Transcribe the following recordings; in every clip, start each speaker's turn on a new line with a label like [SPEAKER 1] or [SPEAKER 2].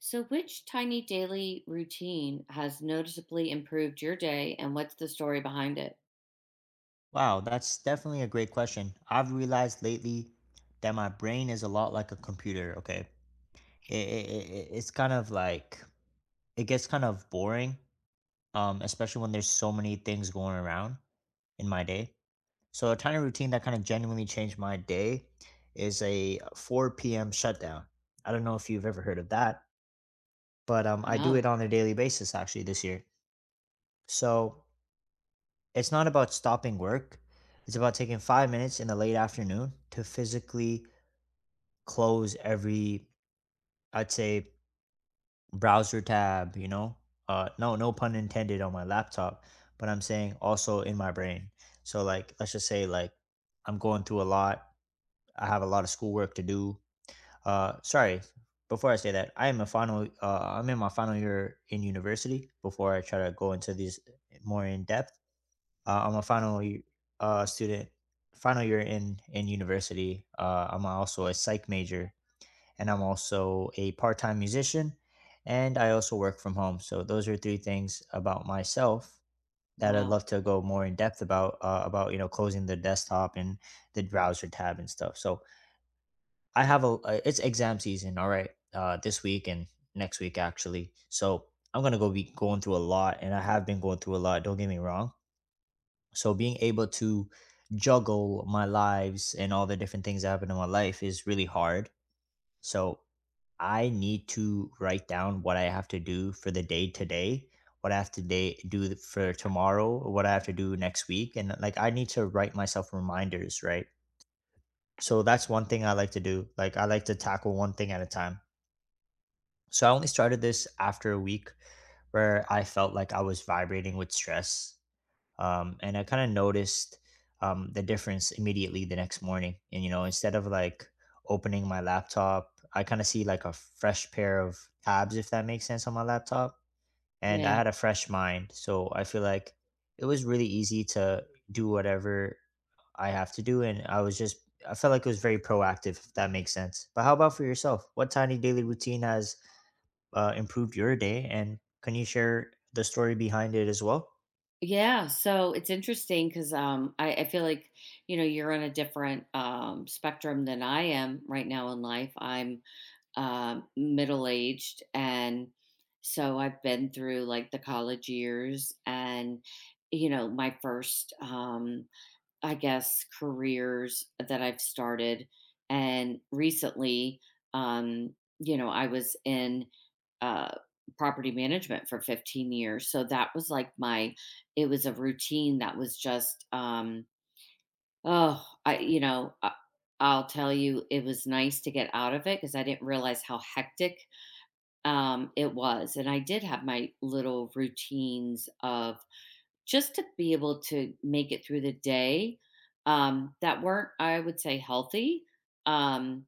[SPEAKER 1] So, which tiny daily routine has noticeably improved your day and what's the story behind it?
[SPEAKER 2] Wow, that's definitely a great question. I've realized lately that my brain is a lot like a computer, okay? It's kind of like, it gets kind of boring, especially when there's so many things going around in my day. So a tiny routine that kind of genuinely changed my day is a 4 p.m. shutdown. I don't know if you've ever heard of that, but I do it
[SPEAKER 1] No.
[SPEAKER 2] on a daily basis actually this year. So it's not about stopping work. It's about taking 5 minutes in the late afternoon to physically close every, I'd say, browser tab, you know? No, no pun intended on my laptop, but I'm saying also in my brain. So, like, let's just say, like, I'm going through a lot. I have a lot of schoolwork to do. Sorry, before I say that, I am a I'm in my final year in university before I try to go into these more in depth. I'm a final y- Student, final year in university. I'm also a psych major, and I'm also a part time musician, and I also work from home. So those are three things about myself that I'd
[SPEAKER 1] Wow.
[SPEAKER 2] love to go more in depth about, about, you know, closing the desktop and the browser tab and stuff. So I have a, it's exam season. All right, this week and next week actually. So I'm gonna go be going through a lot, and I have been going through a lot. Don't get me wrong, so being able to juggle my lives and all the different things that happen in my life is really hard. So I need to write down what I have to do for the day today, what I have to day do for tomorrow, what I have to do next week, and like I need to write myself reminders, right? So that's one thing I like to do. Like I like to tackle one thing at a time. So I only started this after a week where I felt like I was vibrating with stress, and I kind of noticed, the difference immediately the next morning. And you know, instead of like opening my laptop, I kind of see like a fresh pair of tabs, if that makes sense, on my laptop. And I
[SPEAKER 1] Yeah.
[SPEAKER 2] had a fresh mind, so I feel like it was really easy to do whatever I have to do, and I felt like it was very proactive, if that makes sense. But how about for yourself? What tiny daily routine has improved your day, and can you share the story behind it as well?
[SPEAKER 1] Yeah, so it's interesting because I feel like, you know, you're on a different spectrum than I am right now in life. I'm middle aged. And so I've been through like the college years and, you know, my first I guess, careers that I've started. And recently, you know, I was in uh, property management for 15 years. So that was like my, it was a routine that was just, oh, I'll tell you, it was nice to get out of it because I didn't realize how hectic it was. And I did have my little routines of, just to be able to make it through the day, that weren't, I would say, healthy, um,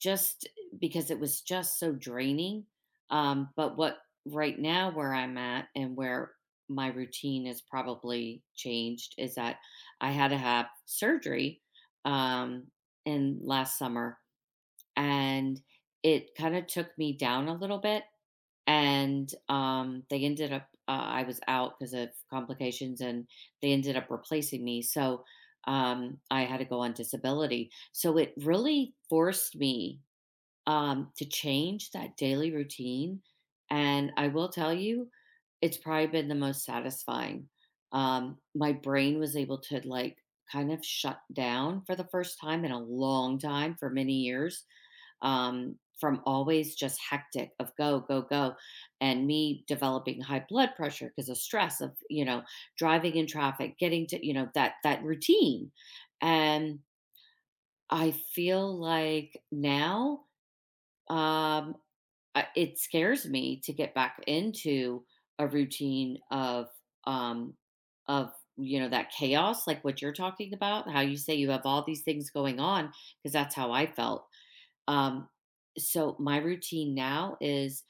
[SPEAKER 1] just because it was just so draining. But what right now, where I'm at and where my routine is probably changed is that I had to have surgery um, in last summer, and it kind of took me down a little bit, and they ended up I was out because of complications, and they ended up replacing me. So I had to go on disability, so it really forced me to change that daily routine. And I will tell you, it's probably been the most satisfying. My brain was able to like kind of shut down for the first time in a long time for many years, from always just hectic of go, go, go, and me developing high blood pressure because of stress of, you know, driving in traffic, getting to, you know, that routine. And I feel like now, um it scares me to get back into a routine of um of, you know, that chaos, like what you're talking about, how you say you have all these things going on, because that's how I felt. um, so my routine now is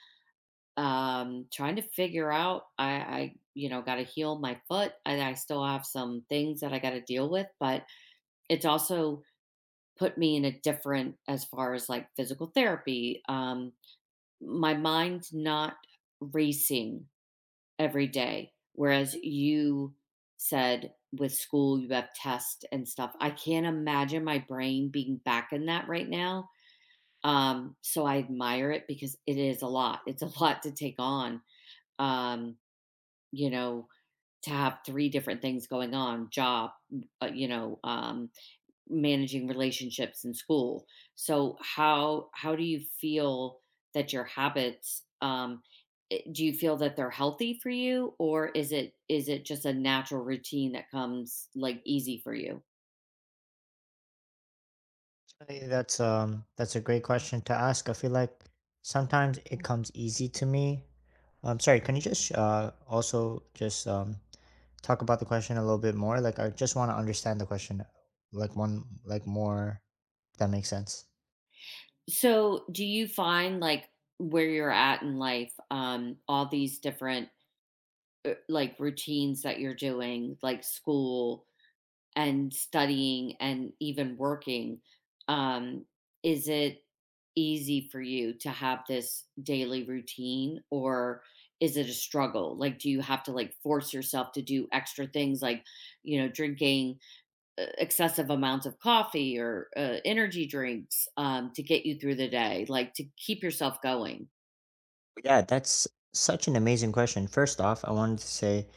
[SPEAKER 1] trying to figure out. I You know, got to heal my foot, and I still have some things that I got to deal with. But it's also put me in a different, as far as like physical therapy. My mind's not racing every day, whereas you said with school you have tests and stuff. I can't imagine my brain being back in that right now. So I admire it because it is a lot. It's a lot to take on. Um, you know, to have three different things going on: job, you know, managing relationships and school. So how do you feel that your habits do you feel that they're healthy for you, or is it just a natural routine that comes like easy for you?
[SPEAKER 2] Hey, that's a great question to ask. I feel like sometimes it comes easy to me. I'm sorry, can you just also just talk about the question a little bit more? Like I just want to understand the question like one like more, if that makes sense.
[SPEAKER 1] So do you find like where you're at in life, all these different like routines that you're doing, like school and studying and even working, um, is it easy for you to have this daily routine, or is it a struggle? Like, do you have to like force yourself to do extra things like, you know, drinking excessive amounts of coffee or energy drinks to get you through the day, like to keep yourself going?
[SPEAKER 2] Yeah, that's such an amazing question. First off, I wanted to say,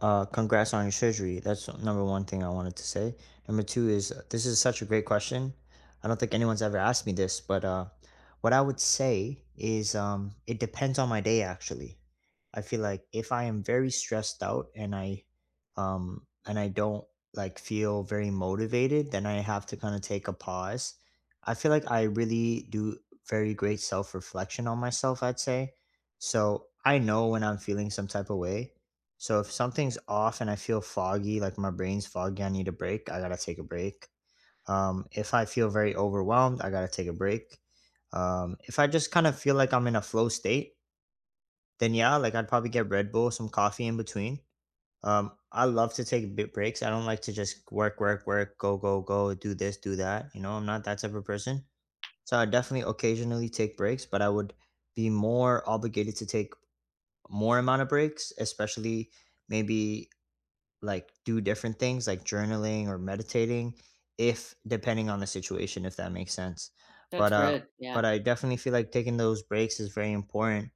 [SPEAKER 2] Congrats on your surgery. That's number one thing I wanted to say. Number two is, this is such a great question. I don't think anyone's ever asked me this, but what I would say is, it depends on my day, actually. I feel like if I am very stressed out and I don't like feel very motivated, then I have to kind of take a pause. I feel like I really do very great self reflection on myself, I'd say. So I know when I'm feeling some type of way, so if something's off and I feel foggy, like my brain's foggy, I need a break. I gotta take a break. If I feel very overwhelmed, I gotta take a break. If I just kind of feel like I'm in a flow state, then yeah, like I'd probably get Red Bull, some coffee in between. I love to take bit breaks. I don't like to just work, work, work, go, go, go, do this, do that. You know, I'm not that type of person. So I definitely occasionally take breaks, but I would be more obligated to take more amount of breaks, especially maybe like do different things like journaling or meditating, if depending on the situation, if that makes sense.
[SPEAKER 1] That's
[SPEAKER 2] but uh
[SPEAKER 1] good. Yeah.
[SPEAKER 2] but I definitely feel like taking those breaks is very important,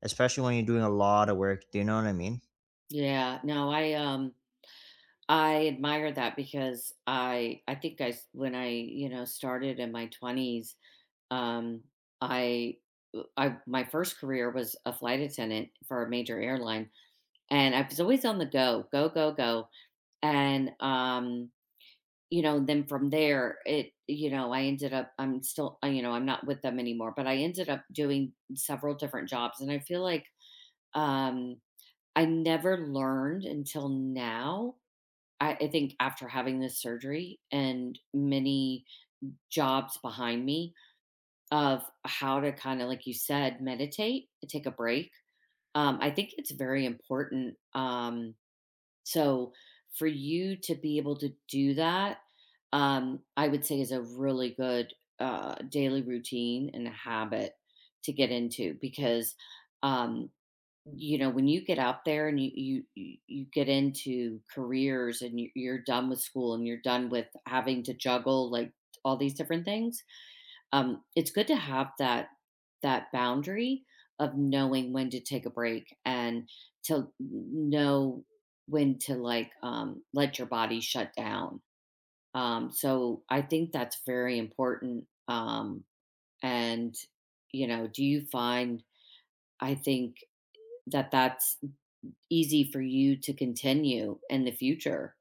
[SPEAKER 2] especially when you're doing a lot of work. Do you know what I mean?
[SPEAKER 1] Yeah. No, I admire that because I think when I, you know, started in my twenties, um, I I, my first career was a flight attendant for a major airline, and I was always on the go, go, go, go, and you know, then from there it, you know, I ended up, I'm still you know, I'm not with them anymore, but I ended up doing several different jobs. And I feel like um, I never learned until now. I think after having this surgery and many jobs behind me, of how to kind of, like you said, meditate and take a break. I think it's very important. So for you to be able to do that, I would say is a really good daily routine and a habit to get into, because um, you know, when you get out there and you get into careers, and you, you're done with school, and you're done with having to juggle like all these different things, it's good to have that, that boundary of knowing when to take a break, and to know when to like let your body shut down. So I think that's very important. And, you know, do you find, I think, that that's easy for you to continue in the future.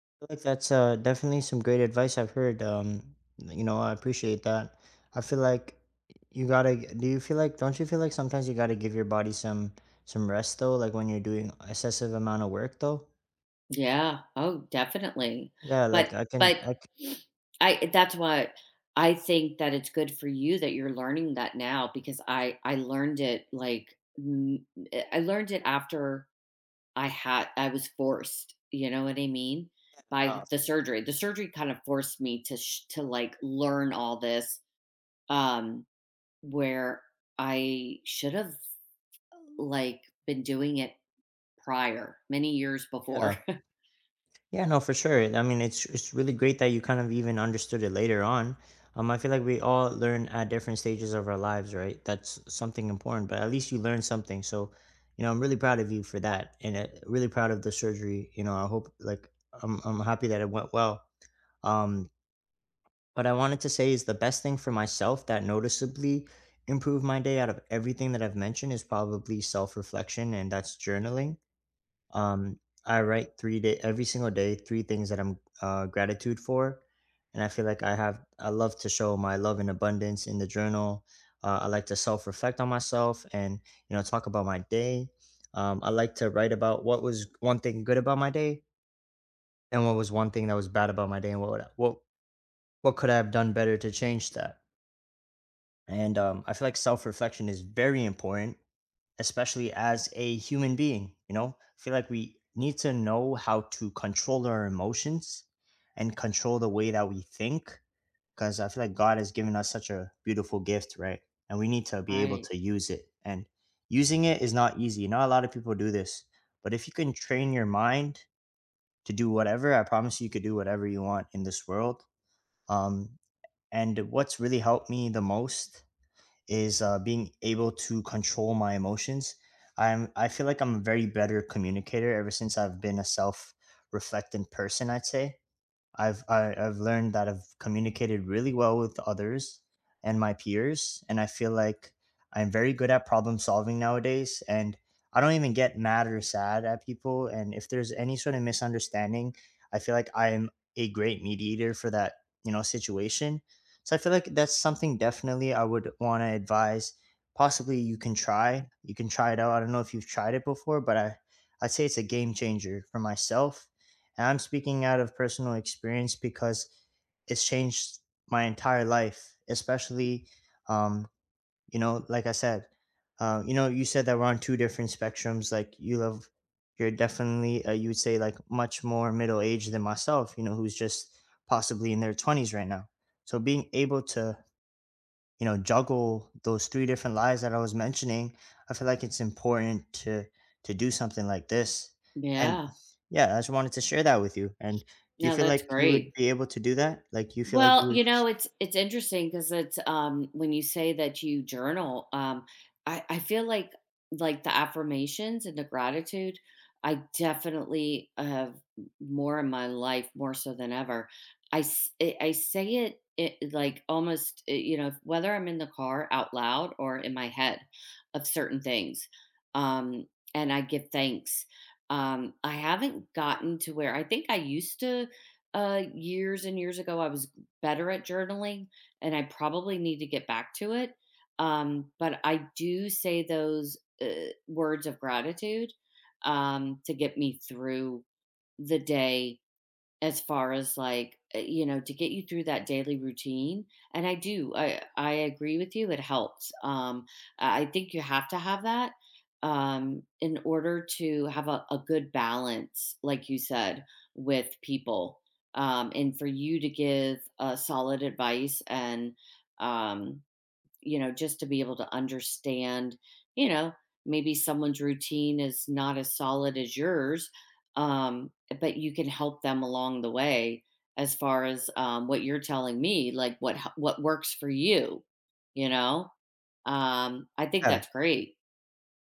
[SPEAKER 2] I feel like that's, definitely some great advice I've heard. You know, I appreciate that. I feel like you gotta. Do you feel like? Don't you feel like sometimes you gotta give your body some rest though? Like when you're doing excessive amount of work though.
[SPEAKER 1] Yeah. Oh, definitely.
[SPEAKER 2] Yeah,
[SPEAKER 1] But
[SPEAKER 2] like I can.
[SPEAKER 1] but I, that's why I think that it's good for you that you're learning that now, because I learned it like I learned it after I had, I was forced, you know what I mean?
[SPEAKER 2] Uh,
[SPEAKER 1] By the surgery. The surgery kind of forced me to to like learn all this, um where I should have like been doing it prior, many years before.
[SPEAKER 2] yeah, yeah. No, for sure. I mean, it's really great that you kind of even understood it later on. I feel like we all learn at different stages of our lives, right? That's something important, but at least you learned something. So, you know, I'm really proud of you for that, and really proud of the surgery. You know, I hope, like, I'm happy that it went well. Um, what I wanted to say is the best thing for myself that noticeably improved my day out of everything that I've mentioned is probably self reflection, and that's journaling. um, I write three-day every single day three things that I'm, gratitude for, and I feel like I love to show my love and abundance in the journal. I like to self reflect on myself and, you know, talk about my day. I like to write about what was one thing good about my day and what was one thing that was bad about my day, and what could I have done better to change that. And I feel like self reflection is very important, especially as a human being. You know, I feel like we need to know how to control our emotions and control the way that we think, because I feel like God has given us such a beautiful gift, right? And we need to be able
[SPEAKER 1] Right.
[SPEAKER 2] to use it. And using it is not easy. Not a lot of people do this, but if you can train your mind to do whatever, I promise you, you could do whatever you want in this world. Um, and what's really helped me the most is, being able to control my emotions. I feel like I'm a very better communicator ever since I've been a self reflecting person. I'd say I've learned that I've communicated really well with others and my peers, and I feel like I'm very good at problem solving nowadays. And I don't even get mad or sad at people. And if there's any sort of misunderstanding, I feel like I'm a great mediator for that, you know, situation. So I feel like that's something definitely I would want to advise. Possibly you can try. You can try it out. I don't know if you've tried it before, but I, I'd say it's a game changer for myself, and I'm speaking out of personal experience because it's changed my entire life, especially, um, you know, like I said, you know, you said that we're on two different spectrums. Like you have, you're definitely, you would say, like much more middle aged than myself, you know, who's just possibly in their 20s right now. So being able to, you know, juggle those three different lives that I was mentioning, I feel like it's important to do something like this. And
[SPEAKER 1] Yeah.
[SPEAKER 2] yeah, I just wanted to share that with you. And do you
[SPEAKER 1] No,
[SPEAKER 2] feel
[SPEAKER 1] that's
[SPEAKER 2] like you would
[SPEAKER 1] great.
[SPEAKER 2] be able to do that? Like, do you feel like you
[SPEAKER 1] Well,
[SPEAKER 2] would?
[SPEAKER 1] you know, it's interesting because it's when you say that you journal, I feel like the affirmations and the gratitude, I definitely have more in my life, more so than ever. I say it, it like almost you know, whether I'm in the car out loud or in my head, of certain things, um, and I give thanks. I haven't gotten to where I think I used to, years and years ago I was better at journaling, and I probably need to get back to it. But I do say those uh, words of gratitude to get me through the day, as far as, like, you know, to get you through that daily routine. And I do, I agree with you, it helps. I think you have to have that, in order to have a good balance, like you said, with people, and for you to give, solid advice, and um you know, just to be able to understand, you know, maybe someone's routine is not as solid as yours, um, but you can help them along the way as far as what you're telling me, like what works for you, you know. I think
[SPEAKER 2] Yeah.
[SPEAKER 1] that's great.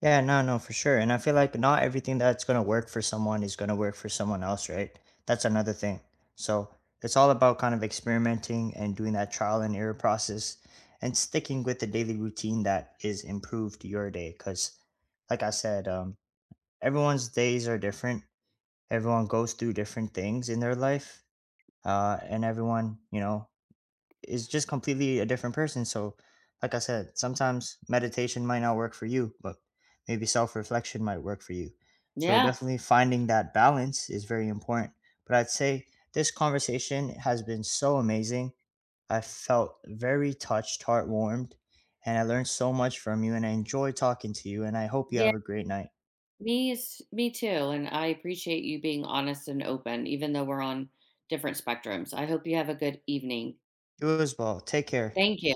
[SPEAKER 2] Yeah, no, no, for sure. And I feel like not everything that's going to work for someone is going to work for someone else, right? That's another thing. So it's all about kind of experimenting and doing that trial and error process and sticking with the daily routine that is improved your day. Because, like I said, everyone's days are different. Everyone goes through different things in their life, and everyone, you know, is just completely a different person. So, like I said, sometimes meditation might not work for you, but maybe self reflection might work for you. So,
[SPEAKER 1] Yeah,
[SPEAKER 2] definitely finding that balance is very important. But I'd say this conversation has been so amazing. I felt very touched, heart warmed, and I learned so much from you, and I enjoy talking to you. And I hope you
[SPEAKER 1] yeah,
[SPEAKER 2] have a great night.
[SPEAKER 1] me is me too, and I appreciate you being honest and open, even though we're on different spectrums. I hope you have a good evening.
[SPEAKER 2] You as well. Take care.
[SPEAKER 1] Thank you.